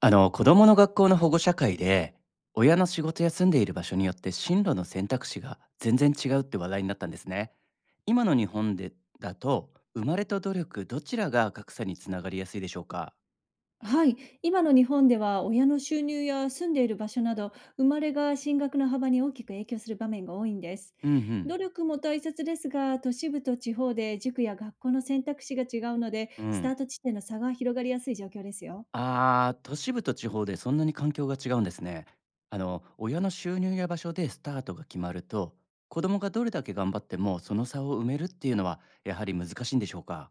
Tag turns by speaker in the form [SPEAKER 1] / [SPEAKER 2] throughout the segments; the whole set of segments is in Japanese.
[SPEAKER 1] 子供の学校の保護者会で、親の仕事や住んでいる場所によって進路の選択肢が全然違うって話題になったんですね。今の日本でだと、生まれと努力どちらが格差につながりやすいでしょうか？
[SPEAKER 2] はい、今の日本では親の収入や住んでいる場所など生まれが進学の幅に大きく影響する場面が多いんです。
[SPEAKER 1] うんうん
[SPEAKER 2] 努力も大切ですが、都市部と地方で塾や学校の選択肢が違うので、
[SPEAKER 1] う
[SPEAKER 2] スタ
[SPEAKER 1] ん。
[SPEAKER 2] ート地点の差が広がりやすい状況ですよ。
[SPEAKER 1] あー、都市部と地方でそんなに環境が違うんですね。親の収入や場所でスタートが決まると、子供がどれだけ頑張ってもその差を埋めるっていうのはやはり難しいんでしょうか？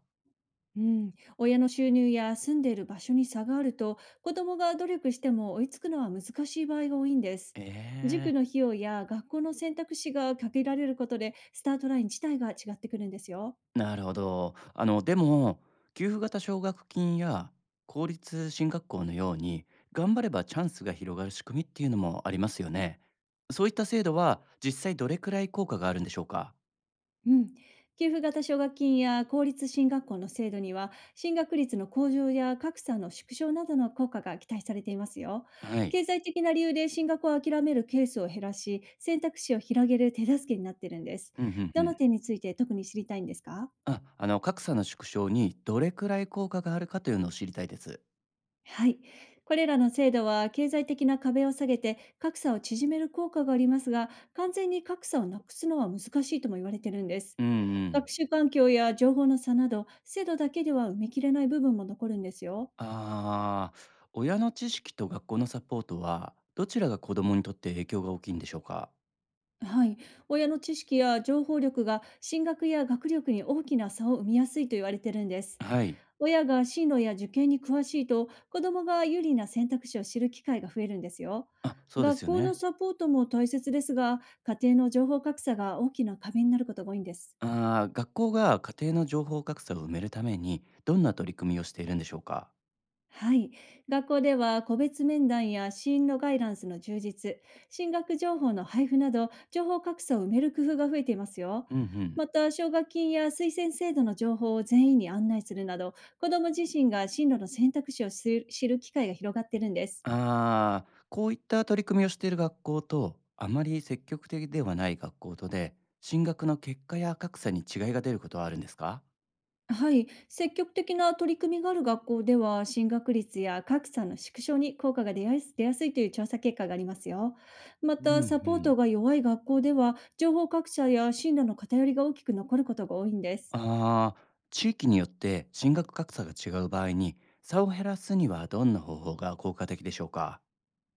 [SPEAKER 2] うん、親の収入や住んでいる場所に差があると、子どもが努力しても追いつくのは難しい場合が多いんです。
[SPEAKER 1] え
[SPEAKER 2] 塾の
[SPEAKER 1] え。
[SPEAKER 2] 費用や学校の選択肢が限られることで、スタートライン自体が違ってくるんですよ。
[SPEAKER 1] なるほど。でも、給付型奨学金や公立進学校のように、頑張ればチャンスが広がる仕組みっていうのもありますよね。そういった制度は実際どれくらい効果があるんでしょうか？
[SPEAKER 2] うん、給付型奨学金や公立進学校の制度には、進学率の向上や格差の縮小などの効果が期待されていますよ。
[SPEAKER 1] はい。
[SPEAKER 2] 経済的な理由で進学を諦めるケースを減らし、選択肢を広げる手助けになっているんです。
[SPEAKER 1] うんうん
[SPEAKER 2] ど
[SPEAKER 1] う
[SPEAKER 2] の
[SPEAKER 1] ん。
[SPEAKER 2] 点について特に知りたいんですか？
[SPEAKER 1] あ、格差の縮小にどれくらい効果があるかというのを知りたいです。
[SPEAKER 2] はい。これらの制度は経済的な壁を下げて格差を縮める効果がありますが、完全に格差をなくすのは難しいとも言われてるんです。
[SPEAKER 1] うんう
[SPEAKER 2] 学
[SPEAKER 1] ん。
[SPEAKER 2] 習環境や情報の差など、制度だけでは埋めきれない部分も残るんですよ。
[SPEAKER 1] ああ、親の知識と学校のサポートは、どちらが子供にとって影響が大きいんでしょうか？
[SPEAKER 2] はい、親の知識や情報力が進学や学力に大きな差を生みやすいと言われてるんです。
[SPEAKER 1] はい。
[SPEAKER 2] 親が進路や受験に詳しいと、子どもが有利な選択肢を知る機会が増えるんですよ。
[SPEAKER 1] あ、そうです
[SPEAKER 2] 学
[SPEAKER 1] よ
[SPEAKER 2] 校の
[SPEAKER 1] ね。
[SPEAKER 2] サポートも大切ですが、家庭の情報格差が大きな壁になることが多いんです。
[SPEAKER 1] ああ、学校が家庭の情報格差を埋めるためにどんな取り組みをしているんでしょうか？
[SPEAKER 2] はい。学校では個別面談や進路ガイダンスの充実、進学情報の配布など、情報格差を埋める工夫が増えていますよ。
[SPEAKER 1] うんうん。
[SPEAKER 2] また、奨学金や推薦制度の情報を全員に案内するなど、子ども自身が進路の選択肢を知る機会が広がっているんです。
[SPEAKER 1] ああ、こういった取り組みをしている学校と、あまり積極的ではない学校とで、進学の結果や格差に違いが出ることはあるんですか？
[SPEAKER 2] はい、積極的な取り組みがある学校では、進学率や格差の縮小に効果が出やすいという調査結果がありますよ。ま
[SPEAKER 1] うんう
[SPEAKER 2] た、サポート
[SPEAKER 1] ん。
[SPEAKER 2] が弱い学校では、情報格差や進路の偏りが大きく残ることが多いんです。
[SPEAKER 1] ああ、地域によって進学格差が違う場合に、差を減らすにはどんな方法が効果的でしょうか？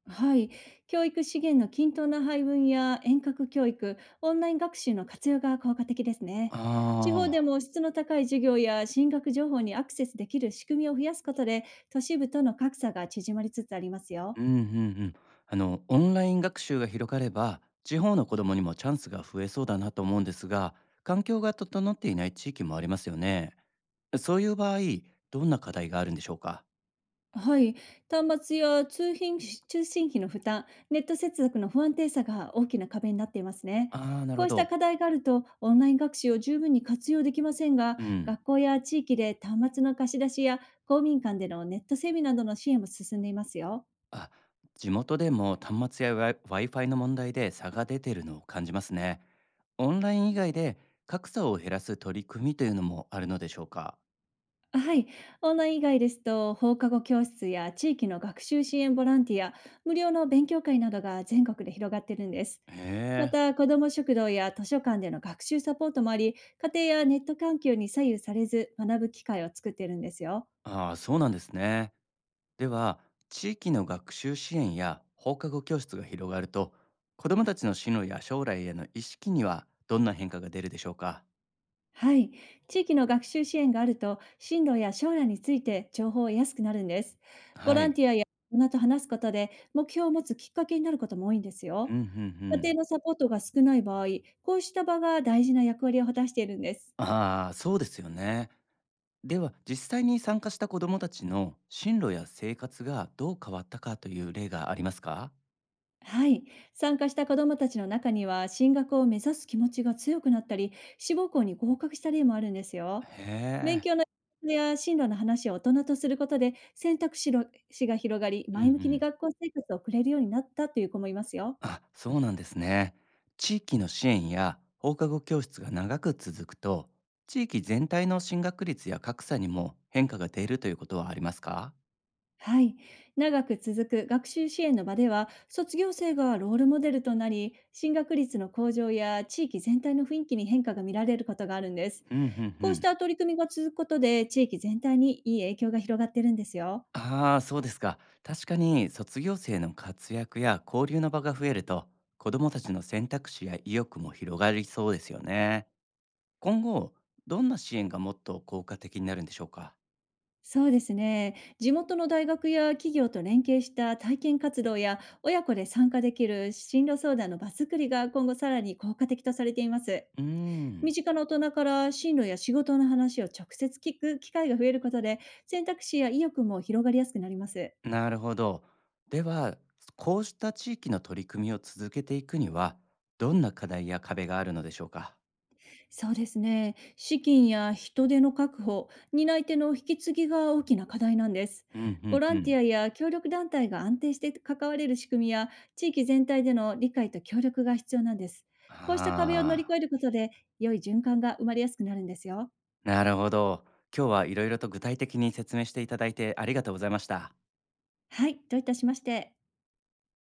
[SPEAKER 2] はい、教育資源の均等な配分や遠隔教育、オンライン学習の活用が効果的ですね。地方で
[SPEAKER 1] ああ。
[SPEAKER 2] も質の高い授業や進学情報にアクセスできる仕組みを増やすことで、都市部との格差が縮まりつつありますよ。
[SPEAKER 1] うんうんうん。オンライン学習が広がれば、地方の子どもにもチャンスが増えそうだなと思うんですが、環境が整っていない地域もありますよね。そういう場合、どんな課題があるんでしょうか？
[SPEAKER 2] はい、端末や通信費の負担、ネット接続の不安定さが大きな壁になっていますね。
[SPEAKER 1] ああー、なる
[SPEAKER 2] こ
[SPEAKER 1] ほ
[SPEAKER 2] うした
[SPEAKER 1] ど。
[SPEAKER 2] 課題があると、オンライン学習を十分に活用できませんが、
[SPEAKER 1] うん。
[SPEAKER 2] 学校や地域で端末の貸し出しや公民館でのネット整備などの支援も進んでいますよ。
[SPEAKER 1] あ、地元でも端末や Wi-Fi の問題で差が出てるのを感じますね。オンライン以外で格差を減らす取り組みというのもあるのでしょうか？
[SPEAKER 2] はい、オンライン以外ですと、放課後教室や地域の学習支援ボランティア、無料の勉強会などが全国で広がってるんです。
[SPEAKER 1] へ
[SPEAKER 2] ま
[SPEAKER 1] え。
[SPEAKER 2] た、子ども食堂や図書館での学習サポートもあり、家庭やネット環境に左右されず学ぶ機会を作っているんですよ。
[SPEAKER 1] ああ、そうなんですね。では、地域の学習支援や放課後教室が広がると、子どもたちの進路や将来への意識にはどんな変化が出るでしょうか？
[SPEAKER 2] はい。地域の学習支援があると、進路や将来について情報を得やすくなるんです。ボ
[SPEAKER 1] は
[SPEAKER 2] ラン
[SPEAKER 1] い。
[SPEAKER 2] ティアや大人と話すことで、目標を持つきっかけになることも多いんです
[SPEAKER 1] うん
[SPEAKER 2] よ。
[SPEAKER 1] うんう
[SPEAKER 2] 家庭
[SPEAKER 1] ん。
[SPEAKER 2] のサポートが少ない場合、こうした場が大事な役割を果たしているんです。
[SPEAKER 1] ああ、そうですよね。では、実際に参加した子どもたちの進路や生活がどう変わったかという例がありますか？
[SPEAKER 2] はい。参加した子どもたちの中には、進学を目指す気持ちが強くなったり、志望校に合格した例もあるんですよ。
[SPEAKER 1] へ
[SPEAKER 2] 勉
[SPEAKER 1] え。
[SPEAKER 2] 強のや進路の話を大人とすることで、選択肢の肢が広がり、
[SPEAKER 1] うんう
[SPEAKER 2] 前向きに
[SPEAKER 1] ん。
[SPEAKER 2] 学校生活を送れるようになったという子もいますよ。
[SPEAKER 1] あ、そうなんですね。地域の支援や放課後教室が長く続くと、地域全体の進学率や格差にも変化が出るということはありますか？
[SPEAKER 2] はい。長く続く学習支援の場では、卒業生がロールモデルとなり、進学率の向上や地域全体の雰囲気に変化が見られることがあるんです。
[SPEAKER 1] うんうんう
[SPEAKER 2] こうし
[SPEAKER 1] ん。
[SPEAKER 2] た取り組みが続くことで、地域全体にいい影響が広がってるんですよ。
[SPEAKER 1] ああ、そうですか。確かに卒業生の活躍や交流の場が増えると、子どもたちの選択肢や意欲も広がりそうですよね。今後、どんな支援がもっと効果的になるんでしょうか？
[SPEAKER 2] そうですね。地元の大学や企業と連携した体験活動や、親子で参加できる進路相談の場作りが、今後さらに効果的とされています。
[SPEAKER 1] うー
[SPEAKER 2] 身
[SPEAKER 1] ん。
[SPEAKER 2] 近な大人から進路や仕事の話を直接聞く機会が増えることで、選択肢や意欲も広がりやすくなります。
[SPEAKER 1] なるほど。では、こうした地域の取り組みを続けていくには、どんな課題や壁があるのでしょうか？
[SPEAKER 2] そうですね。資金や人手の確保、担い手の引き継ぎが大きな課題なんです。
[SPEAKER 1] うん
[SPEAKER 2] ボラ
[SPEAKER 1] うんう
[SPEAKER 2] ンティ
[SPEAKER 1] ん。
[SPEAKER 2] アや協力団体が安定して関われる仕組みや、地域全体での理解と協力が必要なんです。こうした壁を乗り
[SPEAKER 1] ああ、
[SPEAKER 2] 越えることで、良い循環が生まれやすくなるんですよ。
[SPEAKER 1] なるほど。今日はいろいろと具体的に説明していただいてありがとうございました。
[SPEAKER 2] はい、どういたしまして。